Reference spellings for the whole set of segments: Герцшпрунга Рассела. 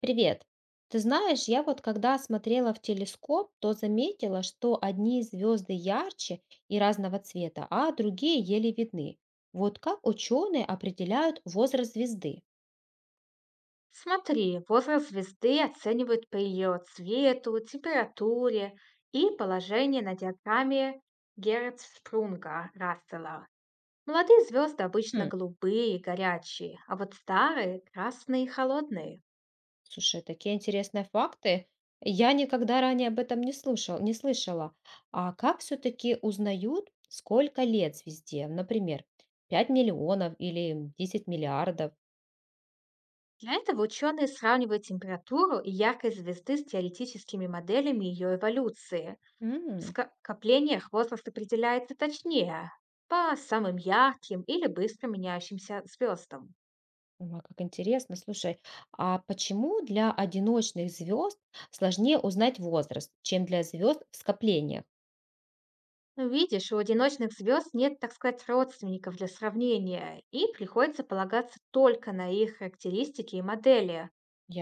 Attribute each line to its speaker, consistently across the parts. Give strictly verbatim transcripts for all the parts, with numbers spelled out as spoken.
Speaker 1: Привет. Ты знаешь, я вот когда смотрела в телескоп, то заметила, что одни звезды ярче и разного цвета, а другие еле видны. Вот как ученые определяют возраст звезды?
Speaker 2: Смотри, возраст звезды оценивают по ее цвету, температуре и положению на диаграмме Герцшпрунга Рассела. Молодые звезды обычно
Speaker 1: Хм,
Speaker 2: голубые и горячие, а вот старые – красные и холодные.
Speaker 1: слушай, такие интересные факты. Я никогда ранее об этом не слышал, не слышала. А как все-таки узнают, сколько лет звезде? Например, пять миллионов или десять миллиардов?
Speaker 2: Для этого ученые сравнивают температуру и яркость звезды с теоретическими моделями ее эволюции. В ска- коплениях возраст определяется точнее, по самым ярким или быстро меняющимся звездам.
Speaker 1: Ой, как интересно. Слушай, а почему для одиночных звезд сложнее узнать возраст, чем для звезд в скоплениях?
Speaker 2: Ну, видишь, у одиночных звезд нет, так сказать, родственников для сравнения, и приходится полагаться только на их характеристики и модели.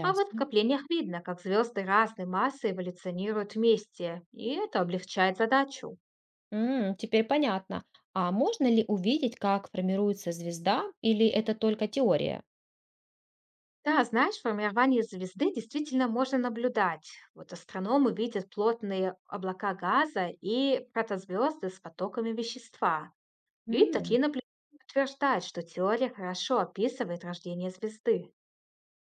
Speaker 2: А вот в коплениях видно, как звезды разной массы эволюционируют вместе, и это облегчает задачу.
Speaker 1: М, теперь понятно. А можно ли увидеть, как формируется звезда, или это только теория?
Speaker 2: Да, знаешь, формирование звезды действительно можно наблюдать. Вот астрономы видят плотные облака газа и протозвезды с потоками вещества. И такие
Speaker 1: М,
Speaker 2: наблюдения подтверждают, что теория хорошо описывает рождение звезды.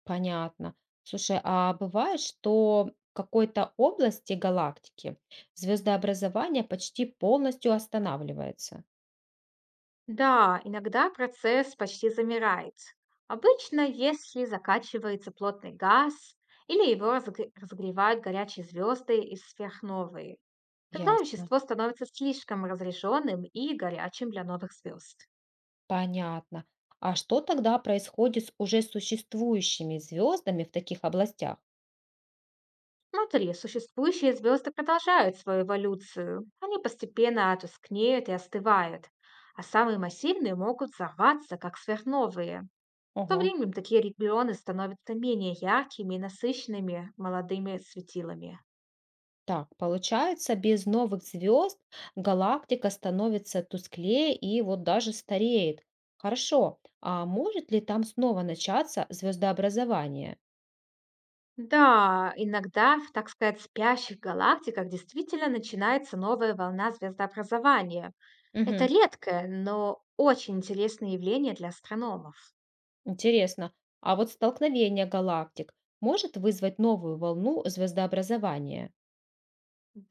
Speaker 1: понятно. Слушай, а бывает, что в какой-то области галактики звездообразование почти полностью останавливается?
Speaker 2: Да, иногда процесс почти замирает. Обычно, если закачивается плотный газ или его разг- разогревают горячие звезды из сверхновые, тогда
Speaker 1: Ясно.
Speaker 2: вещество становится слишком разряженным и горячим для новых звезд.
Speaker 1: Понятно. А что тогда происходит с уже существующими звездами в таких областях?
Speaker 2: Внутри существующие звезды продолжают свою эволюцию. Они постепенно тускнеют и остывают, а самые массивные могут взорваться, как сверхновые. Со
Speaker 1: Ого.
Speaker 2: временем такие регионы становятся менее яркими и насыщенными молодыми светилами.
Speaker 1: Так, получается, без новых звезд галактика становится тусклее и вот даже стареет. Хорошо, а может ли там снова начаться звездообразование?
Speaker 2: Да, иногда в, так сказать, спящих галактиках действительно начинается новая волна звездообразования. Это
Speaker 1: Угу.
Speaker 2: редкое, но очень интересное явление для астрономов.
Speaker 1: Интересно. А вот столкновение галактик может вызвать новую волну звездообразования?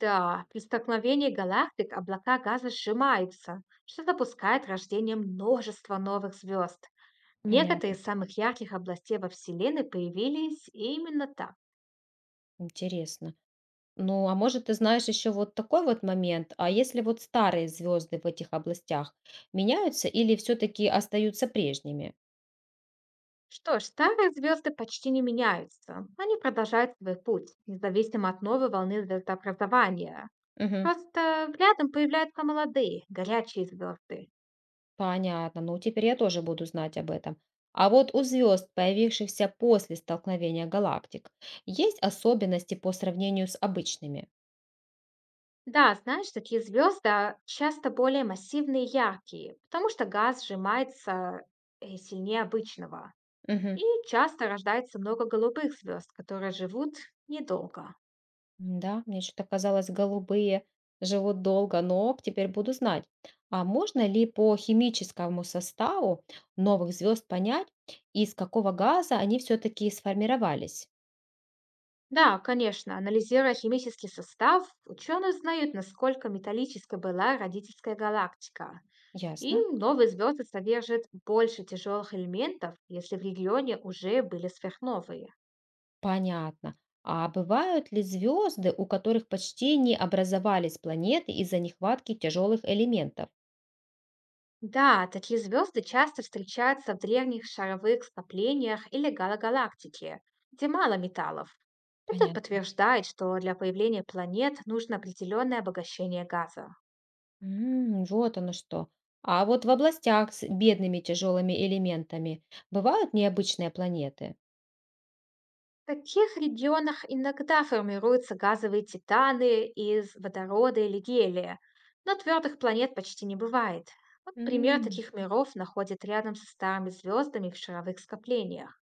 Speaker 2: Да, при столкновении галактик облака газа сжимаются, что допускает рождение множества новых звезд. Некоторые
Speaker 1: Понятно,
Speaker 2: из самых ярких областей во Вселенной появились именно так.
Speaker 1: интересно. Ну, а может, ты знаешь еще вот такой вот момент, а если вот старые звезды в этих областях меняются или все-таки остаются прежними?
Speaker 2: Что ж, старые звезды почти не меняются. Они продолжают свой путь, независимо от новой волны звездообразования.
Speaker 1: Мгм.
Speaker 2: Просто рядом появляются молодые, горячие звезды.
Speaker 1: Понятно, ну теперь я тоже буду знать об этом. А вот у звезд, появившихся после столкновения галактик, есть особенности по сравнению с обычными?
Speaker 2: Да, знаешь, такие звезды а, часто более массивные и яркие, потому что газ сжимается э, сильнее обычного.
Speaker 1: Мгм.
Speaker 2: И часто рождается много голубых звезд, которые живут недолго.
Speaker 1: Да мне что-то казалось, голубые живут долго, но теперь буду знать. А можно ли по химическому составу новых звезд понять, из какого газа они все-таки сформировались?
Speaker 2: Да, конечно, анализируя химический состав, ученые узнают, насколько металлической была родительская галактика.
Speaker 1: Ясно,
Speaker 2: Им новые звезды содержат больше тяжелых элементов, если в регионе уже были сверхновые.
Speaker 1: понятно. А бывают ли звезды, у которых почти не образовались планеты из-за нехватки тяжелых элементов?
Speaker 2: Да, такие звезды часто встречаются в древних шаровых скоплениях или галогалактике, где мало металлов. Это
Speaker 1: Понятно.
Speaker 2: подтверждает, что для появления планет нужно определенное обогащение газа.
Speaker 1: М, вот оно что. А вот в областях с бедными тяжелыми элементами бывают необычные планеты?
Speaker 2: В таких регионах иногда формируются газовые титаны из водорода или гелия, но твердых планет почти не бывает. Вот пример
Speaker 1: М.
Speaker 2: таких миров находят рядом со старыми звездами в шаровых скоплениях.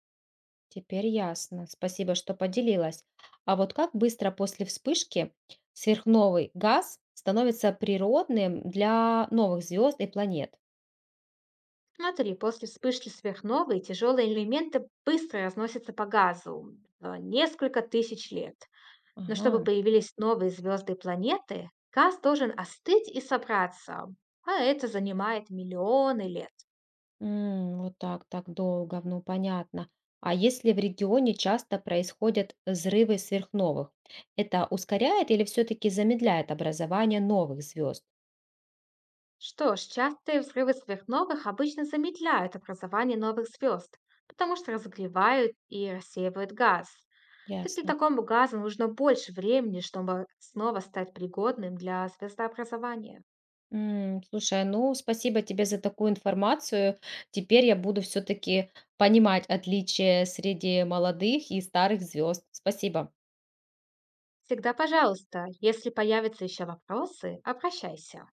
Speaker 1: Теперь ясно. Спасибо, что поделилась. А вот как быстро после вспышки сверхновый газ становится природным для новых звезд и планет?
Speaker 2: Смотри, после вспышки сверхновой тяжелые элементы быстро разносятся по газу за несколько тысяч лет. Но чтобы
Speaker 1: Ага.
Speaker 2: появились новые звезды и планеты, газ должен остыть и собраться, а это занимает миллионы лет.
Speaker 1: М, вот так, так долго, ну понятно. А если в регионе часто происходят взрывы сверхновых, это ускоряет или все-таки замедляет образование новых звезд?
Speaker 2: Что ж, частые взрывы сверхновых обычно замедляют образование новых звезд, потому что разогревают и рассеивают газ. Так для
Speaker 1: Ясно.
Speaker 2: такому газу нужно больше времени, чтобы снова стать пригодным для звездообразования.
Speaker 1: М, слушай, ну, спасибо тебе за такую информацию. Теперь я буду все-таки понимать отличия среди молодых и старых звезд. Спасибо.
Speaker 2: Всегда пожалуйста, если появятся еще вопросы, обращайся.